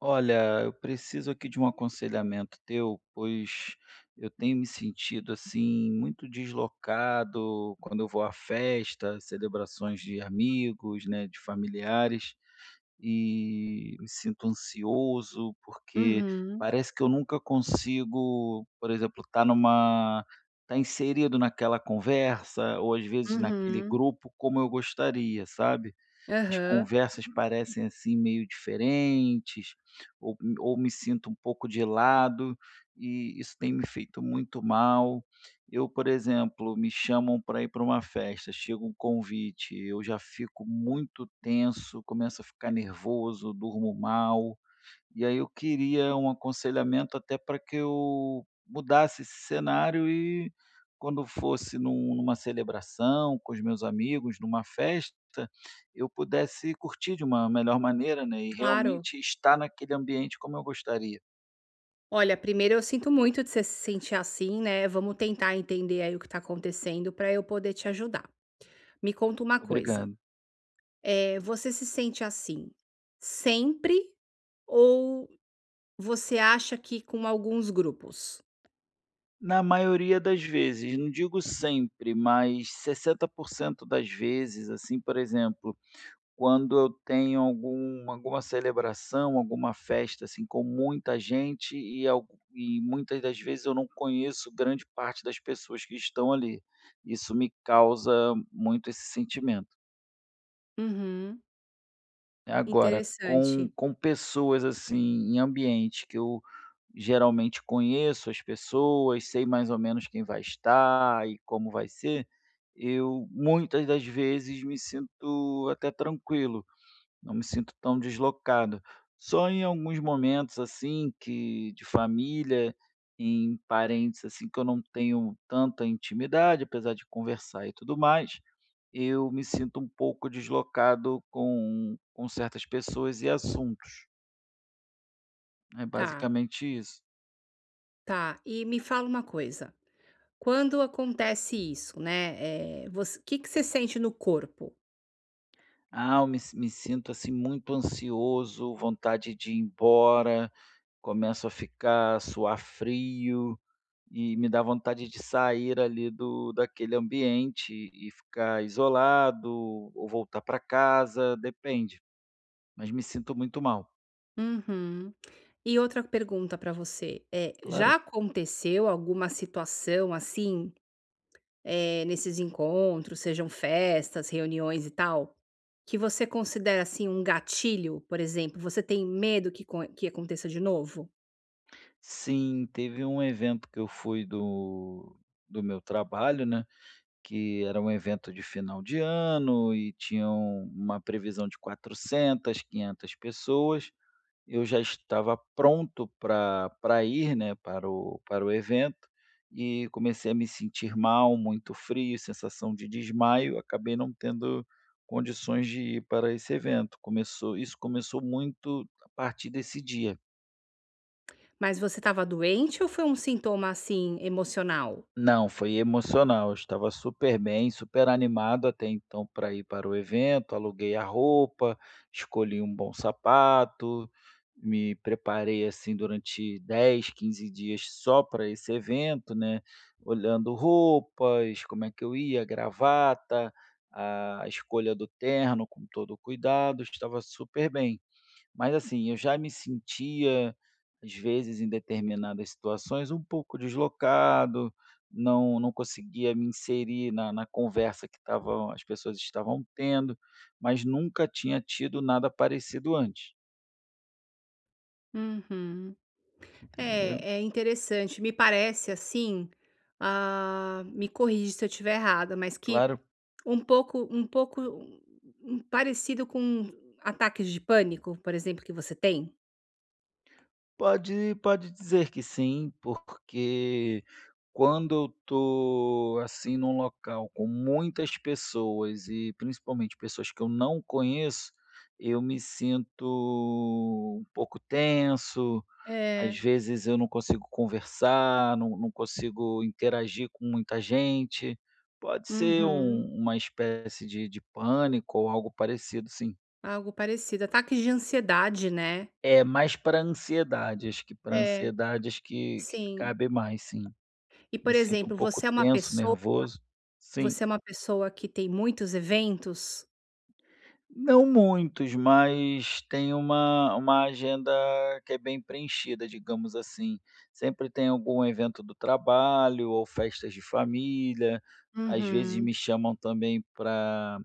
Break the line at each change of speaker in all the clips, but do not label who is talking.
Olha, eu preciso aqui de um aconselhamento teu, pois eu tenho me sentido assim muito deslocado quando eu vou a festas, celebrações de amigos, né, de familiares, e me sinto ansioso porque
Uhum,
parece que eu nunca consigo, por exemplo, estar inserido naquela conversa ou às vezes naquele
uhum,
grupo como eu gostaria, sabe? As
aham.
conversas parecem, assim, meio diferentes, ou me sinto um pouco de lado, e isso tem me feito muito mal. Eu, por exemplo, me chamam para ir para uma festa, chega um convite, eu já fico muito tenso, começo a ficar nervoso, durmo mal. E aí eu queria um aconselhamento até para que eu mudasse esse cenário e quando fosse numa celebração com os meus amigos, numa festa, eu pudesse curtir de uma melhor maneira, né, e
Claro.
realmente estar naquele ambiente como eu gostaria.
Olha, primeiro eu sinto muito de você se sentir assim, né, vamos tentar entender aí o que tá acontecendo para eu poder te ajudar. Me conta uma coisa,
Obrigado.
é você se sente assim sempre ou você acha que com alguns grupos?
Na maioria das vezes, não digo sempre, mas 60% das vezes, assim, por exemplo. Quando eu tenho alguma celebração, alguma festa, assim, com muita gente e algu e muitas das vezes eu não conheço grande parte das pessoas que estão ali. Isso me causa muito esse sentimento.
Uhum,
Agora, com
interessante.
com pessoas, assim, em ambiente que eu geralmente conheço as pessoas, sei mais ou menos quem vai estar e como vai ser, eu muitas das vezes me sinto até tranquilo. Não me sinto tão deslocado. Só em alguns momentos, assim, que de família, em parentes, assim, que eu não tenho tanta intimidade, apesar de conversar e tudo mais, eu me sinto um pouco deslocado com certas pessoas e assuntos. É
Tá,
basicamente isso.
tá. E me fala uma coisa, quando acontece isso, né, é você o que que você sente no corpo?
Ah, eu me sinto, assim, muito ansioso, vontade de ir embora, começo a ficar suar frio. E me dá vontade de sair ali do daquele ambiente e ficar isolado ou voltar para casa, depende, mas me sinto muito mal.
Uhum. E outra pergunta para você, é já
Claro.
aconteceu alguma situação assim, nesses encontros, sejam festas, reuniões e tal, que você considera, assim, um gatilho? Por exemplo, você tem medo que aconteça de novo?
Sim, teve um evento que eu fui do meu trabalho, né, que era um evento de final de ano e tinham uma previsão de 400, 500 pessoas. Eu já estava pronto para ir, né, para o evento, e comecei a me sentir mal, muito frio, sensação de desmaio, acabei não tendo condições de ir para esse evento. Começou isso começou muito a partir desse dia.
Mas você estava doente ou foi um sintoma, assim, emocional?
Não, foi emocional. Eu estava super bem, super animado até então para ir para o evento. Aluguei a roupa, escolhi um bom sapato, me preparei assim durante 10, 15 dias só para esse evento, né? Olhando roupas, como é que eu ia, gravata, a escolha do terno com todo cuidado, estava super bem. Mas assim, eu já me sentia, às vezes, em determinadas situações, um pouco deslocado, não conseguia me inserir na conversa que estavam as pessoas estavam tendo, mas nunca tinha tido nada parecido antes,
Uhum.
entendeu?
É, é interessante. Me parece assim, ah, me corrige se eu estiver errada, mas que
Claro.
um pouco parecido com ataques de pânico, por exemplo, que você tem?
Pode dizer que sim, porque quando eu tô, assim, num local com muitas pessoas e principalmente pessoas que eu não conheço, eu me sinto um pouco tenso, às
É.
vezes eu não consigo conversar, não consigo interagir com muita gente. Pode ser
Uhum.
uma espécie de pânico ou algo parecido, sim.
Algo parecido. Ataques de ansiedade, né?
É mais para ansiedade, acho que para
É,
ansiedade acho que
sim.
cabe mais sim.
E, por
Me sinto um
exemplo,
pouco
você é uma
tenso,
pessoa
nervoso. Sim,
Você é uma pessoa que tem muitos eventos?
não muitos, mas tem uma agenda que é bem preenchida, digamos assim. Sempre tem algum evento do trabalho ou festas de família, às vezes
Uhum.
me chamam também para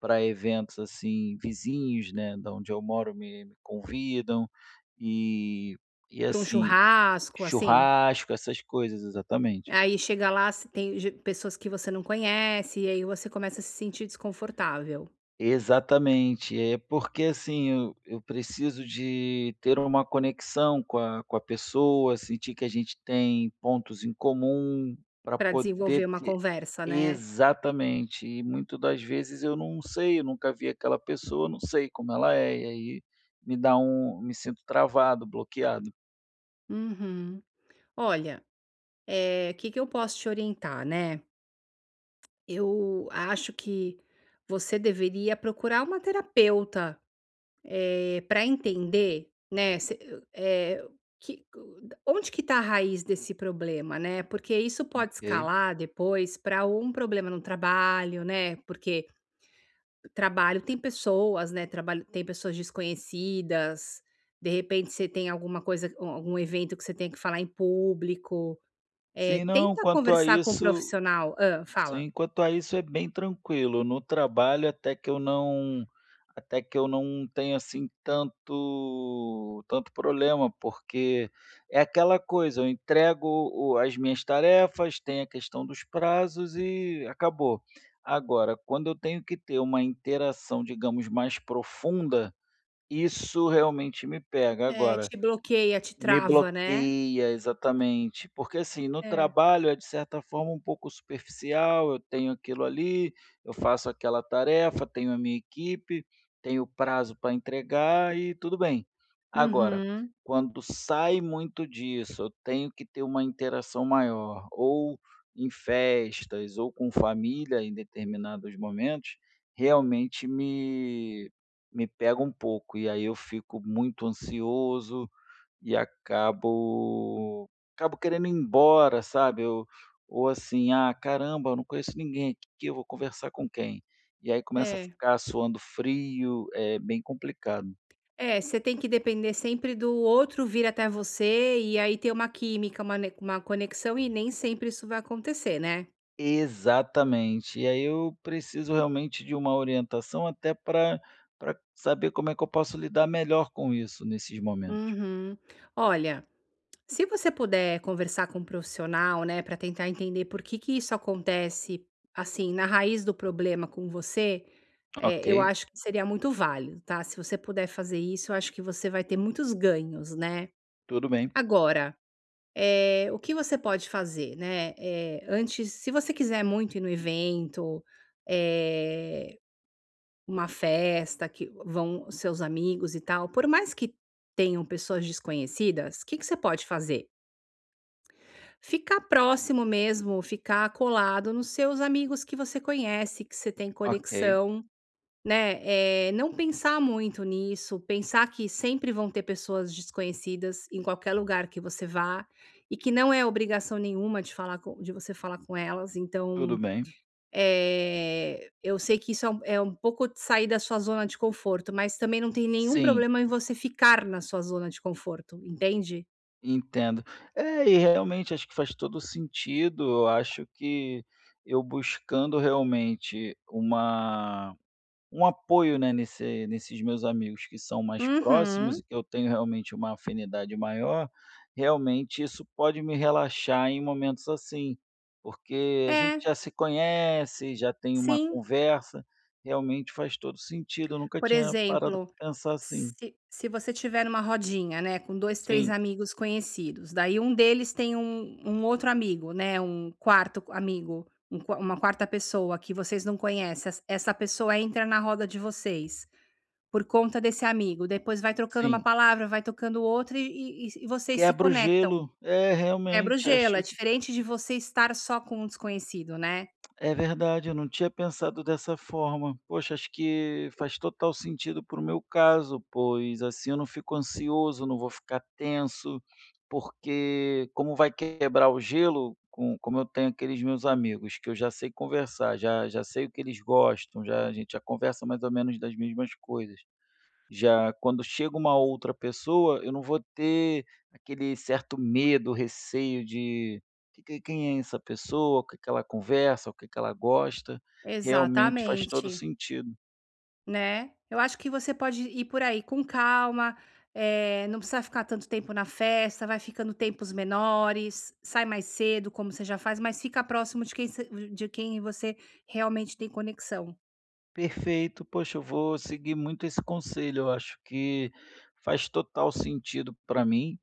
para eventos, assim, vizinhos, né, da onde eu moro me convidam, e e
Pra um
assim
churrasco, assim?
Churrasco, essas coisas, exatamente.
Aí chega lá, se tem ge pessoas que você não conhece, e aí você começa a se sentir desconfortável
Exatamente, é porque assim, eu preciso de ter uma conexão com a pessoa, sentir que a gente tem pontos em comum para
para desenvolver
poder
uma
ter.
conversa, né?
Exatamente, e muitas das vezes eu não sei, eu nunca vi aquela pessoa, não sei como ela é, e aí me dá um me sinto travado, bloqueado.
Uhum. Olha, o que que eu posso te orientar, né? Eu acho que você deveria procurar uma terapeuta. Para entender, né, se eh, que onde que está a raiz desse problema, né? Porque isso pode
Ok.
escalar depois para um problema no trabalho, né? Porque trabalho tem pessoas, né? Trabalho tem pessoas desconhecidas. De repente você tem alguma coisa, algum evento que você tem que falar em público.
Sim, não,
Tenta
quanto a
conversar com o
isso.
profissional. Ah, fala.
Sim, quanto a isso é bem tranquilo. No trabalho até que eu não tenho, assim, tanto problema, porque é aquela coisa, eu entrego o as minhas tarefas, tem a questão dos prazos e acabou. Agora, quando eu tenho que ter uma interação, digamos, mais profunda, isso realmente me pega. Agora
Te bloqueia, te
me
trava, né?
bloqueia, exatamente. Porque, assim, no
É.
trabalho é de certa forma um pouco superficial, eu tenho aquilo ali, eu faço aquela tarefa, tenho a minha equipe, tenho prazo para entregar e tudo bem. Agora,
Uhum.
quando sai muito disso, eu tenho que ter uma interação maior, ou em festas, ou com família em determinados momentos, realmente me pega um pouco, e aí eu fico muito ansioso, e acabo querendo ir embora, sabe, eu. Ou assim: "Ah, caramba, eu não conheço ninguém aqui, eu vou conversar com quem?". E aí começa a
É.
ficar suando frio, é bem complicado.
É, você tem que depender sempre do outro vir até você e aí ter uma química, uma conexão, e nem sempre isso vai acontecer, né?
Exatamente. E aí eu preciso realmente de uma orientação até para saber como é que eu posso lidar melhor com isso nesses momentos.
Uhum. Olha, se você puder conversar com um profissional, né, para tentar entender por que que isso acontece, assim, na raiz do problema com você, é,
Ok,
eu acho que seria muito válido, tá? Se você puder fazer isso, eu acho que você vai ter muitos ganhos, né?
tudo bem.
Agora. O que você pode fazer, né, antes se você quiser muito ir no evento, eh, uma festa que vão os seus amigos e tal, por mais que tenham pessoas desconhecidas, o que que você pode fazer? Ficar próximo mesmo, ficar colado nos seus amigos que você conhece, que você tem
Ok,
conexão, né, não pensar muito nisso, pensar que sempre vão ter pessoas desconhecidas em qualquer lugar que você vá, e que não é obrigação nenhuma de você falar com elas,
tudo
então,
bem.
eu sei que isso é um pouco de sair da sua zona de conforto, mas também não tem nenhum
Sim.
problema em você ficar na sua zona de conforto, entende?
Entendo. É, e realmente acho que faz todo sentido. Eu acho que eu buscando realmente uma um apoio, né, nesses meus amigos que são mais próximos
Uhum.
e que eu tenho realmente uma afinidade maior, realmente isso pode me relaxar em momentos assim, porque a gente
É,
já se conhece, já tem uma
sim.
conversa, realmente faz todo sentido. Eu nunca
Por
tinha parado
exemplo,
para pensar assim.
se se você tiver numa rodinha, né, com dois, 3
Sim,
amigos conhecidos, daí um deles tem um outro amigo, né, um quarto amigo, um qua uma quarta pessoa que vocês não conhecem, essa pessoa entra na roda de vocês, por conta desse amigo, depois vai trocando uma
sim.
palavra, vai tocando outra e vocês se
Quebra o
conectam.
gelo. É,
Quebra o
realmente,
gelo, é
acho.
diferente de você estar só com um desconhecido, né.
É verdade, eu não tinha pensado dessa forma. Poxa, acho que faz total sentido para o meu caso, pois assim eu não fico ansioso, não vou ficar tenso, porque como vai quebrar o gelo, com como eu tenho aqueles meus amigos que eu já sei conversar, já já sei o que eles gostam, já a gente já conversa mais ou menos das mesmas coisas. Já quando chega uma outra pessoa, eu não vou ter aquele certo medo, receio de que quem é essa pessoa, o que que ela conversa, o que que ela gosta. Realmente faz todo
Exatamente.
sentido.
Né, eu acho que você pode ir por aí com calma, não precisa ficar tanto tempo na festa, vai ficando tempos menores, sai mais cedo, como você já faz, mas fica próximo de quem você realmente tem conexão.
Perfeito, poxa, eu vou seguir muito esse conselho, eu acho que faz total sentido para mim.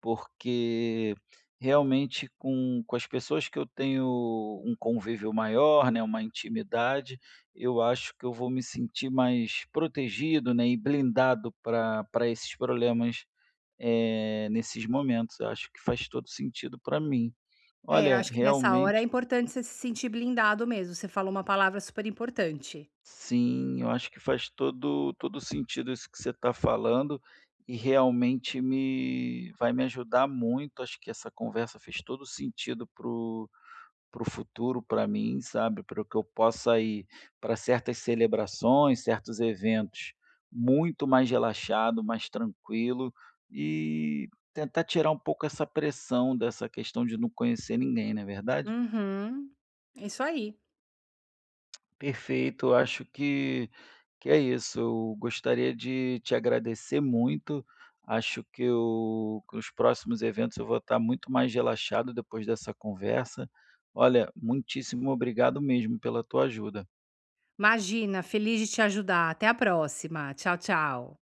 Porque realmente com as pessoas que eu tenho um convívio maior, né, uma intimidade, eu acho que eu vou me sentir mais protegido, né, e blindado para esses problemas, nesses momentos. Eu acho que faz todo sentido para mim.
É, eu
Olha,
acho que nessa hora é
realmente
importante você se sentir blindado mesmo, você falou uma palavra super importante.
sim, eu acho que faz todo todo sentido isso que você está falando e realmente me vai me ajudar muito. Acho que essa conversa fez todo sentido para o futuro, para mim, sabe, para que eu possa ir para certas celebrações, certos eventos, muito mais relaxado, mais tranquilo e tentar tirar um pouco essa pressão dessa questão de não conhecer ninguém, não é verdade?
Uhum, isso aí.
Perfeito, eu acho que é isso. Eu gostaria de te agradecer muito. Acho que os próximos eventos eu vou estar muito mais relaxado depois dessa conversa. Olha, muitíssimo obrigado mesmo pela tua ajuda.
Imagina, feliz de te ajudar, até a próxima, tchau, tchau.